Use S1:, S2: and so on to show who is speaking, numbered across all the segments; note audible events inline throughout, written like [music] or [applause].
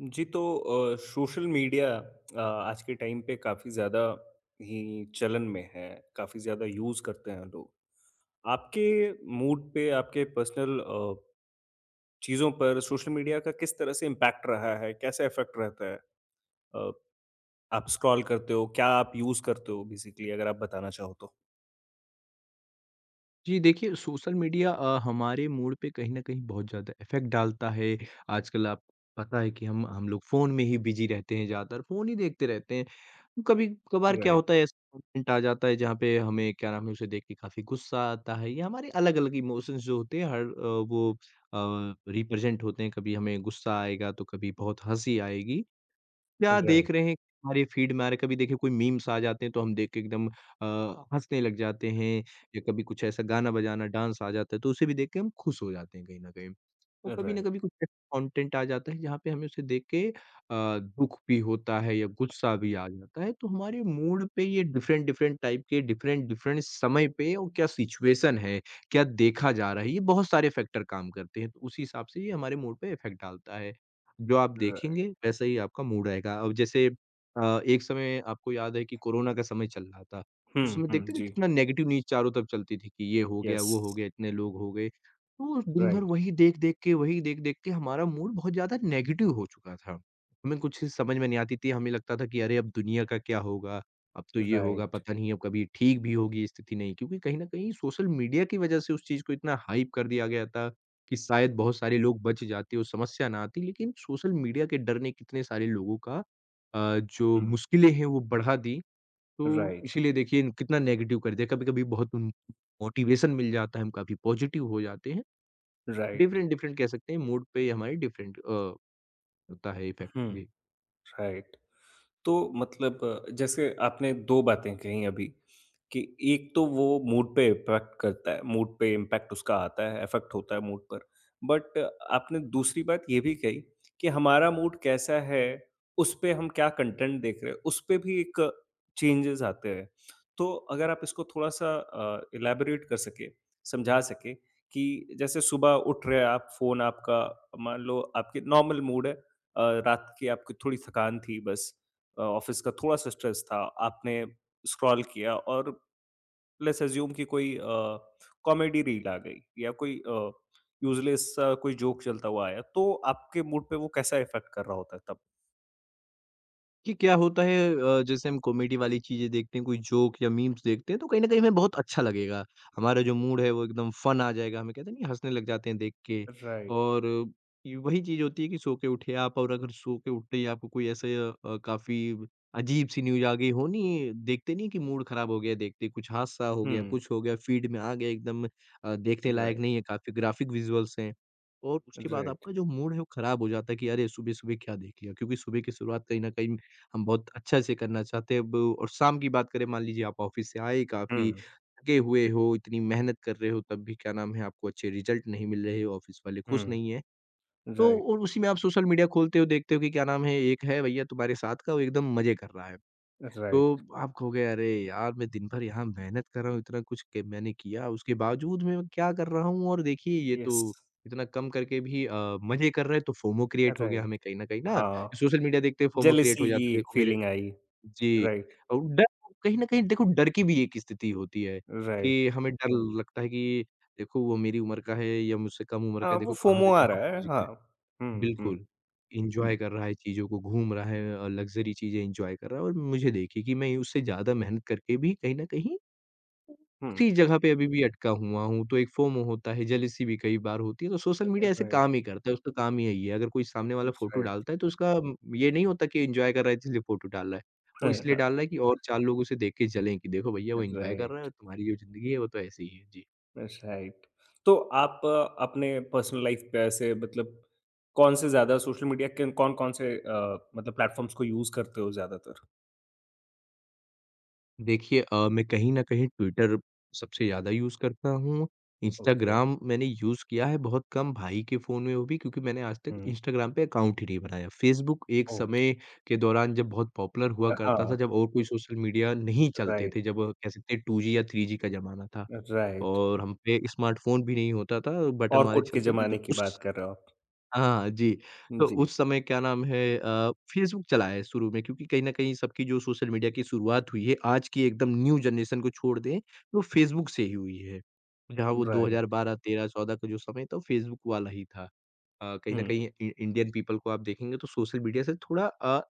S1: जी, तो social media आज के टाइम पे काफ़ी ज़्यादा ही चलन में है, काफ़ी ज़्यादा यूज़ करते हैं लोग। आपके मूड पे, आपके पर्सनल चीज़ों पर सोशल मीडिया का किस तरह से इम्पैक्ट रहा है? कैसा इफ़ेक्ट रहता है? अ, आप स्क्रॉल करते हो? क्या आप यूज़ करते हो बेसिकली अगर आप बताना चाहो तो?
S2: जी देखिए, सोशल मीडिया हमारे मूड पे कहीं न कहीं बहुत ज़्यादा इफ़ेक्ट डालता है। आजकल आपको पता है कि हम लोग फ़ोन में ही बिज़ी रहते हैं ज़्यादातर, फ़ोन ही देखते रहते हैं। कभी-कभार क्या
S1: राइट,
S2: होता है ऐसा मोमेंट आ जाता है जहाँ पे हमें क्या नाम है उसे देख के काफ़ी गुस्सा आता है या हमारे अलग-अलग इमोशंस जो होते हैं हर अ, रिप्रेज़ेंट होते हैं। कभी हमें गुस्सा आएगा तो कभी बहुत हँसी आएगी। क्या देख
S1: राइट,
S2: रहे हैं हमारे फ़ीड में आ रहा है, कभी देखिए कोई मीम्स आ जाते हैं तो हम देख के एकदम हँसने लग जाते हैं या कभी कुछ ऐसा गाना-बजाना, डांस आ जाता है तो उसे भी देख के हम खुश हो जाते हैं कहीं न कहीं। तो कभी न
S1: राइट,
S2: कभी कुछ कंटेंट आ जाता है जहाँ पे हमें उसे देख के दुःख भी होता है या गुस्सा भी आ जाता है तो हमारे मूड पे ये डिफरेंट डिफरेंट टाइप के डिफरेंट डिफरेंट समय पे और क्या सिचुएशन है, क्या देखा जा रहा है, ये बहुत सारे फैक्टर काम करते हैं। तो उसी हिसाब से ये हमारे मूड पे इफ़ेक्ट डालता है। जो आप
S1: राइट।
S2: देखेंगे, वैसा ही आपका मूड आएगा। अब जैसे एक समय आपको याद है कि कोरोना का समय चल रहा था।
S1: हुँ,
S2: उस समय
S1: हुँ,
S2: देखते थे
S1: जी।
S2: कितना नेगेटिव न्यूज़ चारों तरफ चलती थी कि ये हो गया,
S1: यस,
S2: वो हो गया, इतने लोग हो गए। तो दिन भर
S1: राइट,
S2: वही देख-देख के हमारा मूड बहुत ज़्यादा नेगेटिव हो चुका था। हमें कुछ चीज़ समझ में नहीं आती थी, हमें लगता था कि अरे अब दुनिया का क्या होगा? अब तो ये होगा,
S1: राइट,
S2: पता नहीं अब कभी ठीक भी होगी स्थिति नहीं। क्योंकि कहीं न कहीं सोशल मीडिया की वजह से उस चीज़ को इतना हाइप कर दिया गया था कि शायद बहुत सारे लोग बच जाते और समस्या ना आती, लेकिन सोशल मीडिया के डर ने कितने सारे लोगों का जो
S1: हुँ,
S2: मुश्किलें हैं वो बढ़ा दी। तो
S1: राइट,
S2: इसीलिए देखिए न- कितना नेगेटिव कर दिया, कभी-कभी बहुत मोटिवेशन मिल जाता है, हम काफ़ी पॉजिटिव हो जाते हैं।
S1: राइट,
S2: डिफरेंट-डिफरेंट कह सकते हैं मूड पे हमारे डिफरेंट होता है इफ़ेक्ट।
S1: हुँ,
S2: जी।
S1: राइट। तो मतलब जैसे आपने 2 बातें कही अभी कि एक तो वो मूड पे इम्पैक्ट करता है, मूड पे इम्पैक्ट उसका आता है, इफ़ेक्ट होता है मूड पर। बट आपने दूसरी बात ये भी कही कि हमारा मूड कैसा है, उस पे हम क्या कंटेंट देख रहे हैं, उस पे भी एक चेंजेस आते हैं। तो अगर आप इसको थोड़ा-सा इलैबोरेट कर सकें, समझा सकें कि जैसे सुबह उठ रहे हैं आप, फ़ोन आपका मान लो आपके नॉर्मल मूड है, रात की आपकी थोड़ी थकान थी बस, ऑफ़िस का थोड़ा-सा स्ट्रेस था, आपने स्क्रॉल किया और लेट्स अज़्यूम कि कोई कॉमेडी रील आ गई या कोई यूज़लेस सा कोई जोक चलता हुआ आया, तो आपके मूड पे वो कैसा इफ़ेक्ट कर रहा होता है तब?
S2: कि क्या होता है जैसे हम कॉमेडी वाली चीज़ें देखते हैं, कोई जोक या मीम्स देखते हैं, तो कहीं न कहीं हमें बहुत अच्छा लगेगा। हमारा जो मूड है वो एकदम फन आ जाएगा, हमें कहते हैं नहीं हँसने लग जाते हैं देख के।
S1: राइट।
S2: और ये वही चीज़ होती है कि सो के उठे आप और अगर सो के उठते ही आपको कोई ऐसे काफ़ी अजीब-सी न्यूज़ आ गई हो नहीं, देखते नहीं कि मूड खराब हो गया देखते, कुछ हादसा हो गया,
S1: हुँ।
S2: कुछ हो गया, फीड में आ गया एकदम देखने लायक नहीं
S1: राइट,
S2: है, काफ़ी ग्राफिक विजुअल्स हैं। और उसके बाद
S1: राइट।
S2: आपका जो मूड है वो खराब हो जाता है कि अरे! सुबह-सुबह क्या देख लिया? क्योंकि सुबह की शुरुआत कहीं न कहीं हम बहुत अच्छा से करना चाहते हैं। अब और शाम की बात करें मान लीजिए आप ऑफिस से आए काफ़ी
S1: हुँ,
S2: थके हुए हो, इतनी मेहनत कर रहे हो तब भी क्या नाम है आपको अच्छे रिज़ल्ट नहीं मिल रहे, ऑफिस वाले खुश
S1: हुँ।
S2: नहीं हैं। तो
S1: राइट,
S2: और उसी में आप सोशल मीडिया खोलते हो, देखते हो कि क्या नाम है एक है भैया तुम्हारे साथ का वो एकदम मज़े कर रहा है।
S1: राइट।
S2: तो आप कहोगे अरे यार मैं दिन भर यहाँ मेहनत कर रहा हूँ, इतना कुछ क मैंने किया उसके बावजूद मैं क्या कर रहा हूँ और देखिए ये
S1: यस।
S2: तो इतना कम करके भी मज़े कर रहा है तो फोमो क्रिएट हो गया
S1: राइट।
S2: हमें कहीं न कहीं ना,
S1: हाँ,
S2: सोशल मीडिया देखते ही फोमो क्रिएट हो
S1: जेलसी की
S2: जाता है
S1: एक
S2: देखो मेरे
S1: फीलिंग आई।
S2: जी,
S1: राइट।
S2: और डर कहीं न कहीं देखो डर की भी एक स्थिति होती है,
S1: राइट।
S2: कि हमें डर लगता है कि देखो वो मेरी उम्र का है या मुझसे कम उम्र का
S1: हाँ,
S2: है,
S1: वो
S2: देखो कहाँ से
S1: फोमो आ
S2: कहाँ
S1: रहा है।
S2: पहुँच
S1: हाँ।
S2: गया।
S1: हुँ, हुँ,
S2: बिल्कुल,
S1: हुँ,
S2: एन्जॉय कर रहा है चीज़ों को, घूम रहा है लग्ज़री चीज़ें एन्जॉय कर रहा है और मुझे देखिए कि मैं उससे ज़्यादा मेहनत करके भी कहीं न कहीं
S1: हुँ।
S2: उसी जगह पे अभी भी अटका हुआ हूँ, तो एक फोमो होता है, जेलसी भी कई बार होती है, तो सोशल मीडिया ऐसे काम ही
S1: राइट,
S2: करता है, उसका काम ही यही है, अगर कोई सामने वाला फ़ोटो
S1: राइट।
S2: डालता है, तो उसका ये नहीं होता कि एन्जॉय कर रहा है इसलिए फ़ोटो डाल रहा है। वो इसलिए डाल
S1: [laughs]
S2: रहा है कि और 4 लोग उसे देख के जलें कि देखो भैया वो एन्जॉय कर रहा है
S1: राइट,
S2: और तुम्हारी जो ज़िंदगी है, वो तो ऐसे ही है। जी।
S1: राइट। तो आप अपने पर्सनल लाइफ़ पे ऐसे मतलब कौन से ज़्यादा सोशल मीडिया के कौन-कौन से मतलब प्लेटफ़ॉर्म्स को यूज़ करते हो ज़्यादातर?
S2: देखिए मैं कहीं न कहीं ट्विटर सबसे ज़्यादा यूज़ करता हूँ।
S1: ओके,
S2: इंस्टाग्राम मैंने यूज़ किया है बहुत कम भाई के फ़ोन में वो भी क्योंकि मैंने आज तक
S1: हुँ,
S2: इंस्टाग्राम पे अकाउंट ही नहीं बनाया। फ़ेसबुक एक
S1: ओके,
S2: समय के दौरान जब बहुत पॉपुलर हुआ करता
S1: हाँ,
S2: था, जब और कोई सोशल मीडिया नहीं चलते
S1: राइट,
S2: थे, जब कह सकते हैं 2G या 3G का ज़माना था
S1: राइट।
S2: और हम पे स्मार्टफ़ोन भी नहीं होता था, बटन वाले
S1: ऑर्कुट के
S2: चलते थे तो
S1: ज़माने की बात
S2: उस
S1: कर रहे हो आप।
S2: हाँ, जी। तो
S1: जी,
S2: उस समय क्या नाम है फ़ेसबुक चला है शुरू में क्योंकि कहीं न कहीं सबकी जो सोशल मीडिया की शुरुआत हुई है, आज की एकदम न्यू जनरेशन को छोड़ दें, तो फ़ेसबुक से ही हुई है। जहाँ वो
S1: राइट,
S2: 2012, 13, 14 का जो समय था, फ़ेसबुक वाला ही था। कहीं न
S1: हुँ,
S2: कहीं इ इंडियन पीपल को आप देखेंगे तो सोशल मीडिया से थोड़ा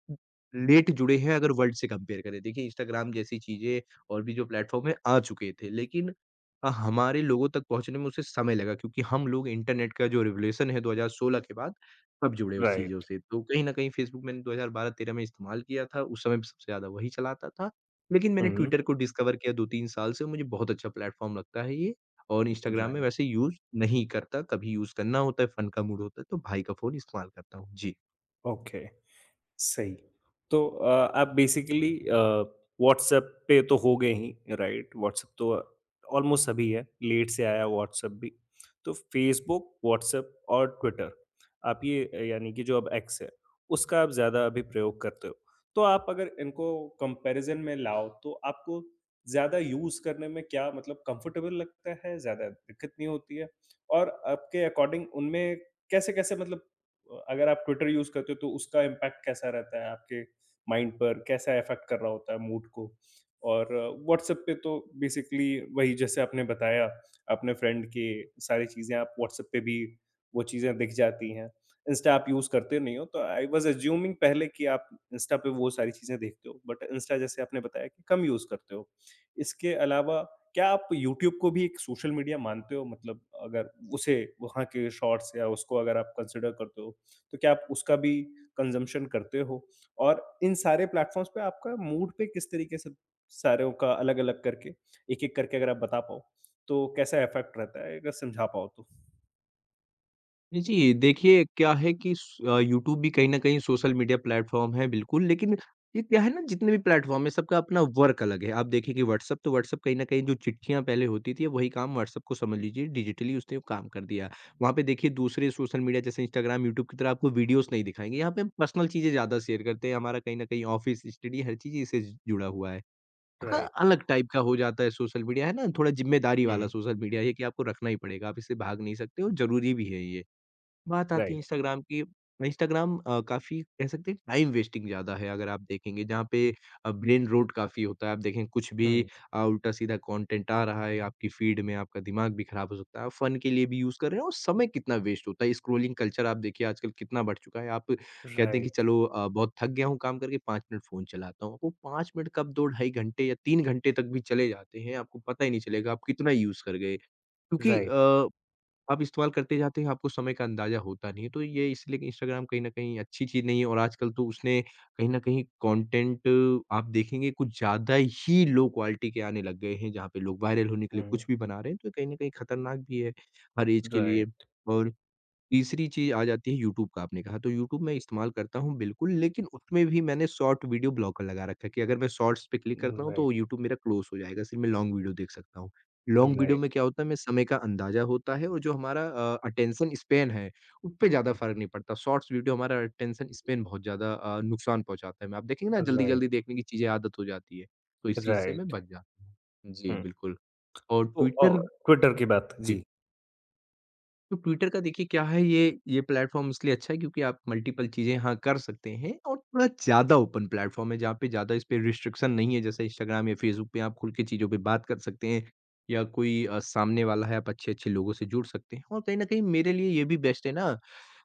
S2: लेट जुड़े हैं अगर वर्ल्ड से कंपेयर करें। देखिए इंस्टाग्राम जैसी चीज़ें और भी जो प्लेटफ़ॉर्म हैं, आ चुके थे। लेकिन हमारे लोगों तक पहुँचने में उसे समय लगा क्योंकि हम लोग इंटरनेट का जो रिवोल्यूशन है 2016 के बाद, तब जुड़े उस चीज़ों
S1: राइट,
S2: से। तो कहीं न कहीं फ़ेसबुक मैंने 2012-13 में इस्तेमाल किया था, उस समय सबसे ज़्यादा वही चलाता था। लेकिन मैंने
S1: हुँ,
S2: ट्विटर को डिस्कवर किया 2-3 साल से, मुझे बहुत अच्छा प्लेटफ़ॉर्म लगता है ये और इंस्टाग्राम में
S1: राइट,
S2: वैसे यूज़ नहीं करता, कभी यूज़ करना होता है, फन का मूड होता है, तो भाई का फ़ोन इस्तेमाल करता हूँ। जी।
S1: ओके। सही। तो आप बेसिकली व्हाट्सएप पे तो हो गए ही, राइट? व्हाट्सएप तो ऑलमोस्ट सभी है, लेट से आया व्हाट्सएप भी। तो फेसबुक, व्हाट्सएप और ट्विटर, आप ये यानी कि जो अब एक्स है, उसका आप ज़्यादा अभी प्रयोग करते हो। तो आप अगर इनको कंपैरिज़न में लाओ, तो आपको ज़्यादा यूज़ करने में क्या मतलब कंफर्टेबल लगता है? ज़्यादा दिक्कत नहीं होती है? और आपके अकॉर्डिंग उनमें कैसे-कैसे मतलब अगर आप ट्विटर यूज़ करते हो तो उसका इम्पैक्ट कैसा रहता है आपके माइंड पर? कैसा अफ़ेक्ट कर रहा होता है मूड को? और व्हाट्सएप पे तो बेसिकली वही जैसे आपने बताया अपने फ्रेंड के सारी चीज़ें आप व्हाट्सएप पे भी वो चीज़ें दिख जाती हैं। इंस्टा आप यूज़ करते नहीं हो तो आई वाज़ अस्यूमिंग पहले कि आप इंस्टा पे वो सारी चीज़ें देखते हो। बट इंस्टा जैसे आपने बताया कि कम यूज़ करते हो। इसके अलावा क्या आप यूट्यूब को भी एक सोशल मीडिया मानते हो? मतलब अगर उसे वहाँ के शॉर्ट्स या उसको अगर आप कंसिडर करते हो? तो क्या आप उसका भी कंजम्पशन करते हो? और इन सारे प्लेटफ़ॉर्म्स पे आपका मूड पे किस तरीके से सारों का अलग-अलग करके, एक-एक करके अगर आप बता पाओ, तो कैसा इफ़ेक्ट रहता है? अगर समझा पाओ तो?
S2: जी, जी, देखिए क्या है कि यूट्यूब भी कहीं न कहीं सोशल मीडिया प्लेटफ़ॉर्म है बिल्कुल, लेकिन ये क्या है ना जितने भी प्लेटफ़ॉर्म हैं सबका अपना वर्क अलग है। आप देखिए कि व्हाट्सएप कहीं न कहीं जो चिट्ठियाँ पहले होती थी, अब वही काम व्हाट्सएप को समझ लीजिए डिजिटली उसने वो काम कर दिया। वहाँ पे देखिए दूसरे सोशल मीडिया जैसे इंस्टाग्राम, यूट्यूब की तरह आपको वीडियोज़ नहीं दिखाएँगे, यहाँ पे हम पर्सनल चीज़ें ज़्यादा शेयर करते हैं, हमारा कहीं न कहीं ऑफ़िस, स्टडी हर चीज़ इससे जुड़ा हुआ है। थोड़ा
S1: राइट।
S2: अलग टाइप का हो जाता है सोशल मीडिया है ना, थोड़ा ज़िम्मेदारी वाला
S1: हुँ,
S2: सोशल मीडिया है कि आपको रखना ही पड़ेगा, आप इससे भाग नहीं सकते और ज़रूरी भी है ये। बात आती है
S1: राइट।
S2: इंस्टाग्राम की, इंस्टाग्राम काफ़ी कह सकते हैं टाइम वेस्टिंग ज़्यादा है अगर आप देखेंगे, जहाँ पे ब्रेन रोट काफ़ी होता है। आप देखें कुछ भी
S1: हुँ,
S2: उल्टा-सीधा कंटेंट आ रहा है आपकी फीड में, आपका दिमाग भी खराब हो सकता है। आप फन के लिए भी यूज़ कर रहे हैं और समय कितना वेस्ट होता है। स्क्रॉलिंग कल्चर आप देखिए आजकल कितना बढ़ चुका है। आप कहते हैं कि
S1: राइट,
S2: चलो बहुत थक गया हूँ काम करके 5 मिनट फ़ोन चलाता हूँ। वो 5 मिनट कब 2 ढाई घंटे या 3 घंटे तक भी चले जाते हैं, आपको पता ही नहीं चलेगा आप कितना यूज़ कर गए। क्योंकि
S1: राइट,
S2: आप इस्तेमाल करते जाते हैं, आपको समय का अंदाज़ा होता नहीं है। तो ये इसलिए कि इंस्टाग्राम कहीं न कहीं अच्छी चीज़ नहीं है और आजकल तो उसने कहीं न कहीं कंटेंट आप देखेंगे कुछ ज़्यादा ही लो क्वालिटी के आने लग गए हैं, जहाँ पे लोग वायरल होने के लिए कुछ
S1: हुँ,
S2: भी बना रहे हैं, तो कहीं न कहीं खतरनाक भी है, हर ऐज के लिए
S1: राइट,
S2: और तीसरी चीज़ आ जाती है यूट्यूब का आपने कहा, तो यूट्यूब मैं इस्तेमाल करता हूँ बिल्कुल, लेकिन उसमें भी मैंने शॉर्ट वीडियो ब्लॉकर लगा रखा है कि अगर मैं शॉर्ट्स पे क्लिक करता हूँ तो
S1: राइट,
S2: यूट्यूब मेरा क्लोज़ हो जाएगा, सिर्फ़ मैं लॉन्ग वीडियो देख सकता हूँ। लॉन्ग वीडियो में
S1: राइट,
S2: क्या होता है हमें समय का अंदाज़ा होता है और जो हमारा अटेंशन स्पैन है, उसपे ज़्यादा फ़र्क नहीं पड़ता। शॉर्ट्स वीडियो हमारा अटेंशन स्पैन बहुत ज़्यादा नुकसान पहुँचाता है। मैं आप देखेंगे ना जल्दी-जल्दी
S1: राइट,
S2: देखने की चीज़ें आदत हो जाती है, तो इस चीज़ से मैं
S1: राइट,
S2: बच जाता हूँ। जी,
S1: हुँ।
S2: बिल्कुल और
S1: तो
S2: ट्विटर
S1: ट्विटर की बात जी।
S2: तो ट्विटर का देखिए क्या है, ये प्लेटफॉर्म इसलिए अच्छा है क्योंकि आप मल्टीपल चीज़ें यहाँ कर सकते हैं और थोड़ा ज़्यादा ओपन प्लेटफॉर्म है जहाँ पे ज़्यादा इस पे रिस्ट्रिक्शन नहीं है जैसे इंस्टाग्राम या फेसबुक पे आप खुल के चीज़ों पे बात कर सकते हैं या कोई सामने वाला है आप अच्छे अच्छे लोगों से जुड़ सकते हैं और कहीं ना कहीं मेरे लिए ये भी बेस्ट है ना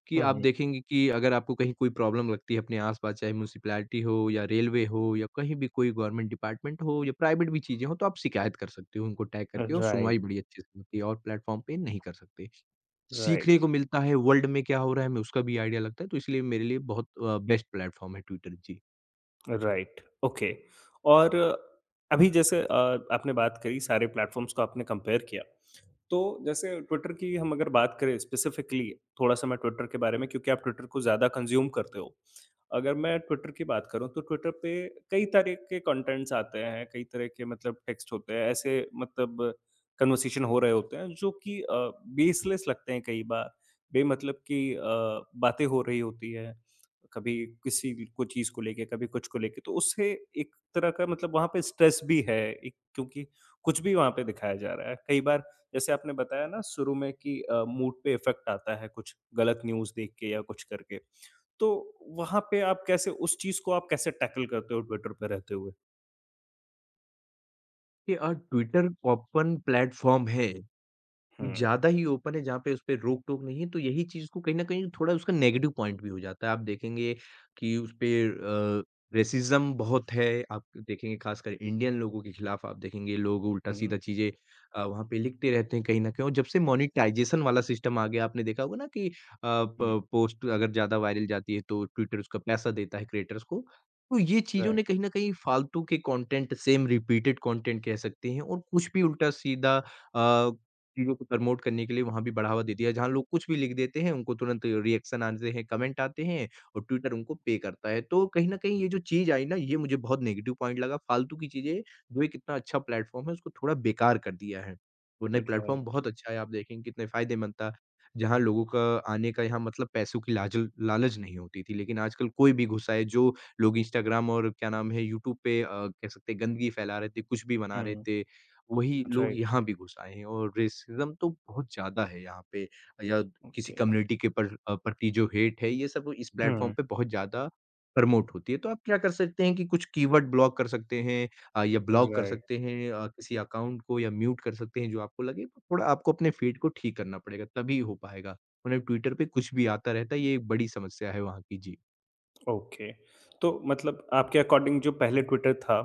S2: कि आप
S1: हुँ,
S2: देखेंगे कि अगर आपको कहीं कोई प्रॉब्लम लगती है अपने आसपास चाहे म्यूनसिपैलिटी हो या रेलवे हो या कहीं भी कोई गवर्नमेंट डिपार्टमेंट हो या प्राइवेट भी चीज़ें हो तो आप शिकायत कर सकते हो उनको टैग करके और
S1: राइट,
S2: सुनवाई बड़ी अच्छे से होती है और प्लेटफॉर्म पे नहीं कर सकते।
S1: राइट।
S2: सीखने को मिलता है, वर्ल्ड में क्या हो रहा है, हमें उसका भी आइडिया लगता है, तो इसलिए मेरे लिए बहुत बेस्ट प्लेटफ़ॉर्म है ट्विटर। जी।
S1: Right, okay. और अभी जैसे आपने बात करी सारे प्लेटफ़ॉर्म्स को आपने कंपेयर किया। तो जैसे ट्विटर की हम अगर बात करें स्पेसिफिकली, थोड़ा-सा मैं ट्विटर के बारे में क्योंकि आप ट्विटर को ज़्यादा कंज़्यूम करते हो। अगर मैं ट्विटर की बात करूँ तो ट्विटर पे कई तरह के कंटेंट्स आते हैं, कई तरह के मतलब टेक्स्ट होते हैं, ऐसे मतलब कन्वर्सेशन हो रहे होते हैं जो कि बेसलेस लगते हैं कई बार, बेमतलब की बातें हो रही होती हैं। कभी किसी को चीज़ को लेके, कभी कुछ को लेके, तो उससे एक तरह का मतलब वहाँ पे स्ट्रेस भी है एक क्योंकि कुछ भी वहाँ पे दिखाया जा रहा है। कई बार जैसे आपने बताया ना शुरू में कि मूड पे इफ़ेक्ट आता है कुछ गलत न्यूज़ देख के या कुछ करके। तो वहाँ पे आप कैसे उस चीज़ को आप कैसे टैकल करते हो ट्विटर पे रहते हुए?
S2: ये ट्विटर ओपन प्लेटफ़ॉर्म है।
S1: हुँ,
S2: ज़्यादा ही ओपन है, जहाँ पे उसपे रोक-टोक नहीं है, तो यही चीज़ को कहीं न कहीं थोड़ा उसका नेगेटिव पॉइंट भी हो जाता है। आप देखेंगे कि उसपे अ, रेसिज़्म बहुत है, आप देखेंगे खासकर इंडियन लोगों के खिलाफ आप देखेंगे लोग
S1: हुँ,
S2: उल्टा-सीधा चीज़ें वहाँ पे लिखते रहते हैं कहीं न कहीं। और जब से मोनेटाइज़ेशन वाला सिस्टम आ गया, आपने देखा होगा ना कि
S1: हुँ,
S2: प पोस्ट अगर ज़्यादा वायरल जाती है, तो ट्विटर उसका पैसा देता है क्रिएटर्स को। तो ये चीज़ों ने
S1: राइट,
S2: कहीं न कहीं फालतू के कंटेंट सेम रिपीटेड कंटेंट कह सकते हैं और कुछ भी उल्टा-सीधा अ चीज़ों को प्रमोट करने के लिए वहाँ भी बढ़ावा दे दिया। जहाँ लोग कुछ भी लिख देते हैं, उनको तुरंत रिएक्शन आते हैं, कमेंट आते हैं और ट्विटर उनको पे करता है। तो कहीं न कहीं ये जो चीज़ आई ना, ये मुझे बहुत नेगेटिव पॉइंट लगा। फ़ालतू की चीज़ें, जो एक इतना अच्छा प्लेटफ़ॉर्म है, उसको थोड़ा बेकार कर दिया है। वरना ये प्लेटफ़ॉर्म
S1: राइट,
S2: बहुत अच्छा है, आप देखेंगे कितने फ़ायदेमंद था। जहाँ लोगों का आने का यहाँ मतलब पैसों की लाजल लालच नहीं होती थी। लेकिन आजकल कोई भी घुसा है, जो लोग इंस्टाग्राम और क्या नाम है, यूट्यूब पे कह सकते हैं गंदगी फैला रहे थे, कुछ भी बना रहे
S1: हुँ,
S2: थे। वही लोग
S1: राइट,
S2: यहाँ भी घुस आए हैं और रेसिज़्म तो बहुत ज़्यादा है यहाँ पे या किसी
S1: ओके,
S2: कम्युनिटी के पर प्रति जो हेट है, ये सब इस प्लेटफ़ॉर्म
S1: हुँ,
S2: पे बहुत ज़्यादा प्रमोट होती है। तो आप क्या कर सकते हैं कि कुछ कीवर्ड ब्लॉक कर सकते हैं या ब्लॉक कर
S1: राइट।
S2: सकते हैं किसी अकाउंट को या म्यूट कर सकते हैं जो आपको लगे। तो थोड़ा आपको अपने फीड को ठीक करना पड़ेगा, तभी हो पाएगा। वरना ट्विटर पे कुछ भी आता रहता है, ये एक बड़ी समस्या है वहाँ की। जी।
S1: ओके। तो मतलब आपके अकॉर्डिंग जो पहले ट्विटर था,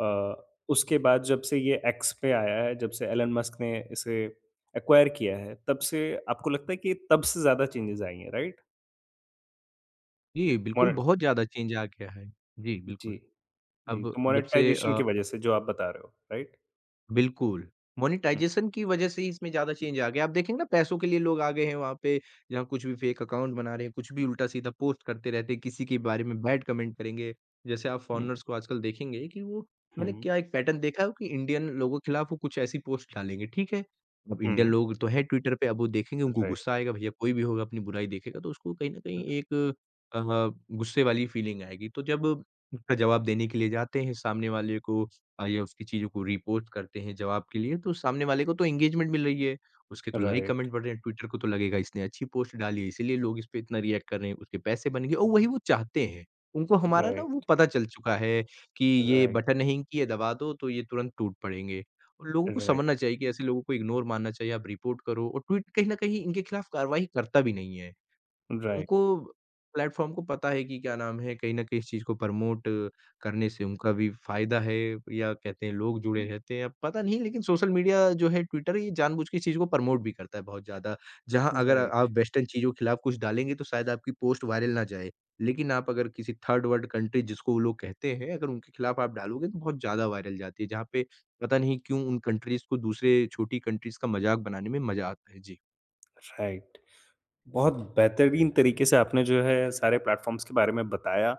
S1: अ, उसके बाद जब से ये एक्स पे आया है, जब से एलन मस्क ने इसे एक्वायर किया है, तब से आपको लगता है कि तब से ज़्यादा चेंजेज़ आई हैं, राइट?
S2: जी, बिल्कुल
S1: मोने
S2: बहुत ज़्यादा चेंज आ गया है। जी,
S1: जी,
S2: बिल्कुल।
S1: जी।
S2: अब
S1: तो
S2: जब से
S1: मोनेटाइज़ेशन की वजह से जो आप बता रहे हो, राइट?
S2: बिल्कुल।
S1: हुँ,
S2: मोनेटाइज़ेशन की वज़ह से ही इसमें ज़्यादा चेंज आ गया। आप देखेंगे ना पैसों के लिए लोग आ गए हैं वहाँ पे, जहाँ कुछ भी फ़ेक अकाउंट बना रहे हैं, कुछ भी उल्टा-सीधा पोस्ट करते रहते हैं, किसी के बारे में बैड कमेंट करेंगे। जैसे आप
S1: हुँ,
S2: फॉरेनर्स को आजकल देखेंगे कि वो मैंने
S1: हुँ,
S2: क्या एक पैटर्न देखा है कि इंडियन लोगों के खिलाफ वो कुछ ऐसी पोस्ट डालेंगे, ठीक है? अब इंडियन
S1: हुँ।
S2: लोग तो हैं ट्विटर पे, अब वो देखेंगे उनको गुस्सा
S1: राइट,
S2: आएगा, भैया कोई भी होगा अपनी बुराई देखेगा तो उसको कहीं न कहीं एक अ, गुस्से वाली फ़ीलिंग आएगी। तो जब उसका जवाब देने के लिए जाते हैं सामने वाले को या उसकी चीज़ों को रीपोस्ट करते हैं जवाब के लिए, तो सामने वाले को तो एंगेजमेंट मिल रही है, उसके तो लाइक
S1: राइट,
S2: कमेंट बढ़ रहे हैं, ट्विटर को तो लगेगा इसने अच्छी पोस्ट डाली है, इसीलिए लोग इसपे इतना रिएक्ट कर रहे हैं, उसके पैसे बन गए और वही वो चाहते हैं। उनको हमारा ना वो
S1: राइट,
S2: पता चल चुका है कि ये
S1: राइट,
S2: बटन है इनकी, ये [laughs] दबा दो तो ये तुरंत टूट पड़ेंगे। और लोगों को
S1: राइट,
S2: समझना चाहिए कि ऐसे लोगों को इग्नोर मारना चाहिए, आप रिपोर्ट करो और ट्वीट कहीं न कहीं इनके खिलाफ कार्रवाई करता भी नहीं है।
S1: राइट,
S2: उनको प्लेटफ़ॉर्म को पता है कि क्या नाम है, कहीं न कहीं इस चीज़ को प्रमोट करने से उनका भी फ़ायदा है या कहते हैं लोग जुड़े रहते हैं, अब पता नहीं लेकिन सोशल मीडिया जो है ट्विटर ये जानबूझ के इस चीज़ को प्रमोट भी करता है बहुत ज़्यादा। जहाँ अगर
S1: राइट,
S2: आप वेस्टर्न चीज़ों के खिलाफ कुछ डालेंगे तो शायद आपकी पोस्ट वायरल ना जाए, लेकिन आप अगर किसी थर्ड वर्ल्ड कंट्री जिसको वो लोग कहते हैं, अगर उनके खिलाफ आप डालोगे तो बहुत ज़्यादा वायरल जाती है, जहाँ पे पता नहीं क्यों उन कंट्रीज़ को दूसरे छोटी कंट्रीज़ का मज़ाक बनाने में मज़ा आता है। जी।
S1: राइट। बहुत बेहतरीन तरीके से आपने जो है सारे प्लेटफ़ॉर्म्स के बारे में बताया,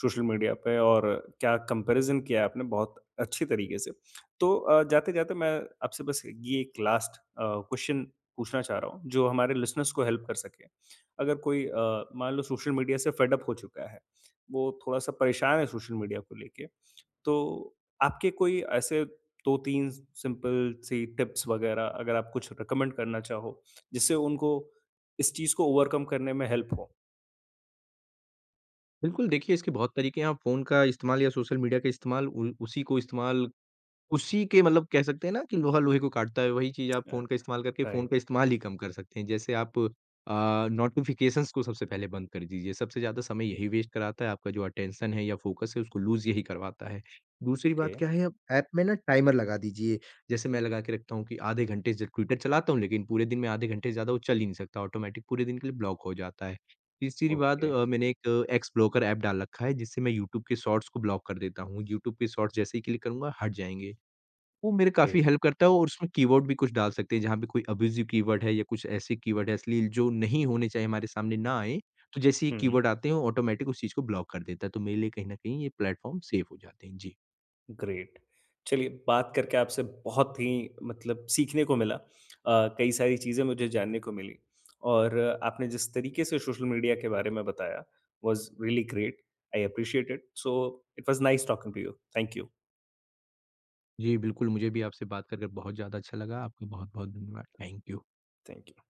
S1: सोशल मीडिया पे और क्या कंपैरिज़न किया आपने बहुत अच्छी तरीके से। तो जाते-जाते मैं आपसे बस ये एक लास्ट क्वेश्चन पूछना चाह रहा हूँ, जो हमारे लिसनर्स को हेल्प कर सके। अगर कोई, मान लो, सोशल मीडिया से फेड अप हो चुका है, वो थोड़ा-सा परेशान है सोशल मीडिया को लेके, तो आपके कोई ऐसे 2-3 सिंपल सी टिप्स वगैरह अगर आप कुछ रिकमेंड करना चाहो, जिससे उनको इस चीज़ को ओवरकम करने में हेल्प हो?
S2: बिल्कुल, देखिए इसके बहुत तरीके हैं, आप फ़ोन का इस्तेमाल या सोशल मीडिया का इस्तेमाल उ उसी को इस्तेमाल उसी के मतलब कह सकते हैं ना कि लोहा लोहे को काटता है, वही चीज़ आप
S1: अ,
S2: फ़ोन का इस्तेमाल करके फ़ोन का
S1: राइट,
S2: इस्तेमाल ही कम कर सकते हैं। जैसे आप अ, नोटिफ़िकेशंस को सबसे पहले बंद कर दीजिए, सबसे ज़्यादा समय यही वेस्ट कराता है, आपका जो अटेंशन है या फ़ोकस है उसको लूज़ यही करवाता है। दूसरी
S1: ओके,
S2: बात क्या है, आप ऐप में ना टाइमर लगा दीजिए, जैसे मैं लगा के रखता हूँ कि आधे घंटे से ट्विटर चलाता हूँ लेकिन पूरे दिन में आधे घंटे से ज़्यादा वो चल ही नहीं सकता, ऑटोमैटिक पूरे दिन के लिए ब्लॉक हो जाता है। तीसरी बात
S1: ओके,
S2: मैंने एक एक्स ब्लॉकर ऐप डाल रखा है जिससे मैं यूट्यूब के शॉर्ट्स को ब्लॉक कर देता हूँ, यूट्यूब के शॉर्ट्स जैसे ही क्लिक करूँगा हट जाएँगे। वो मेरे काफ़ी
S1: ग्रेट।
S2: हेल्प करता है और उसमें कीवर्ड भी कुछ डाल सकते हैं, जहाँ पे कोई अब्यूज़िव कीवर्ड है या कुछ ऐसे कीवर्ड है अश्लील जो नहीं होने चाहिए हमारे सामने ना आएँ, तो जैसे ही
S1: हुँ,
S2: कीवर्ड आते हैं, वो ऑटोमैटिक उस चीज़ को ब्लॉक कर देता है, तो मेरे लिए कहीं न कहीं ये प्लेटफ़ॉर्म सेफ़ हो जाते हैं। जी।
S1: ग्रेट। चलिए, बात करके आपसे बहुत ही मतलब सीखने को मिला। कई सारी चीज़ें मुझे जानने को मिली और आपने जिस तरीके से सोशल मीडिया के बारे में बताया, was really great. I appreciate it. So, it was nice talking to you. Thank you.
S2: जी, बिल्कुल मुझे भी आपसे बात कर कर बहुत ज़्यादा अच्छा लगा। आपका बहुत-बहुत धन्यवाद। Thank you.
S1: Thank you.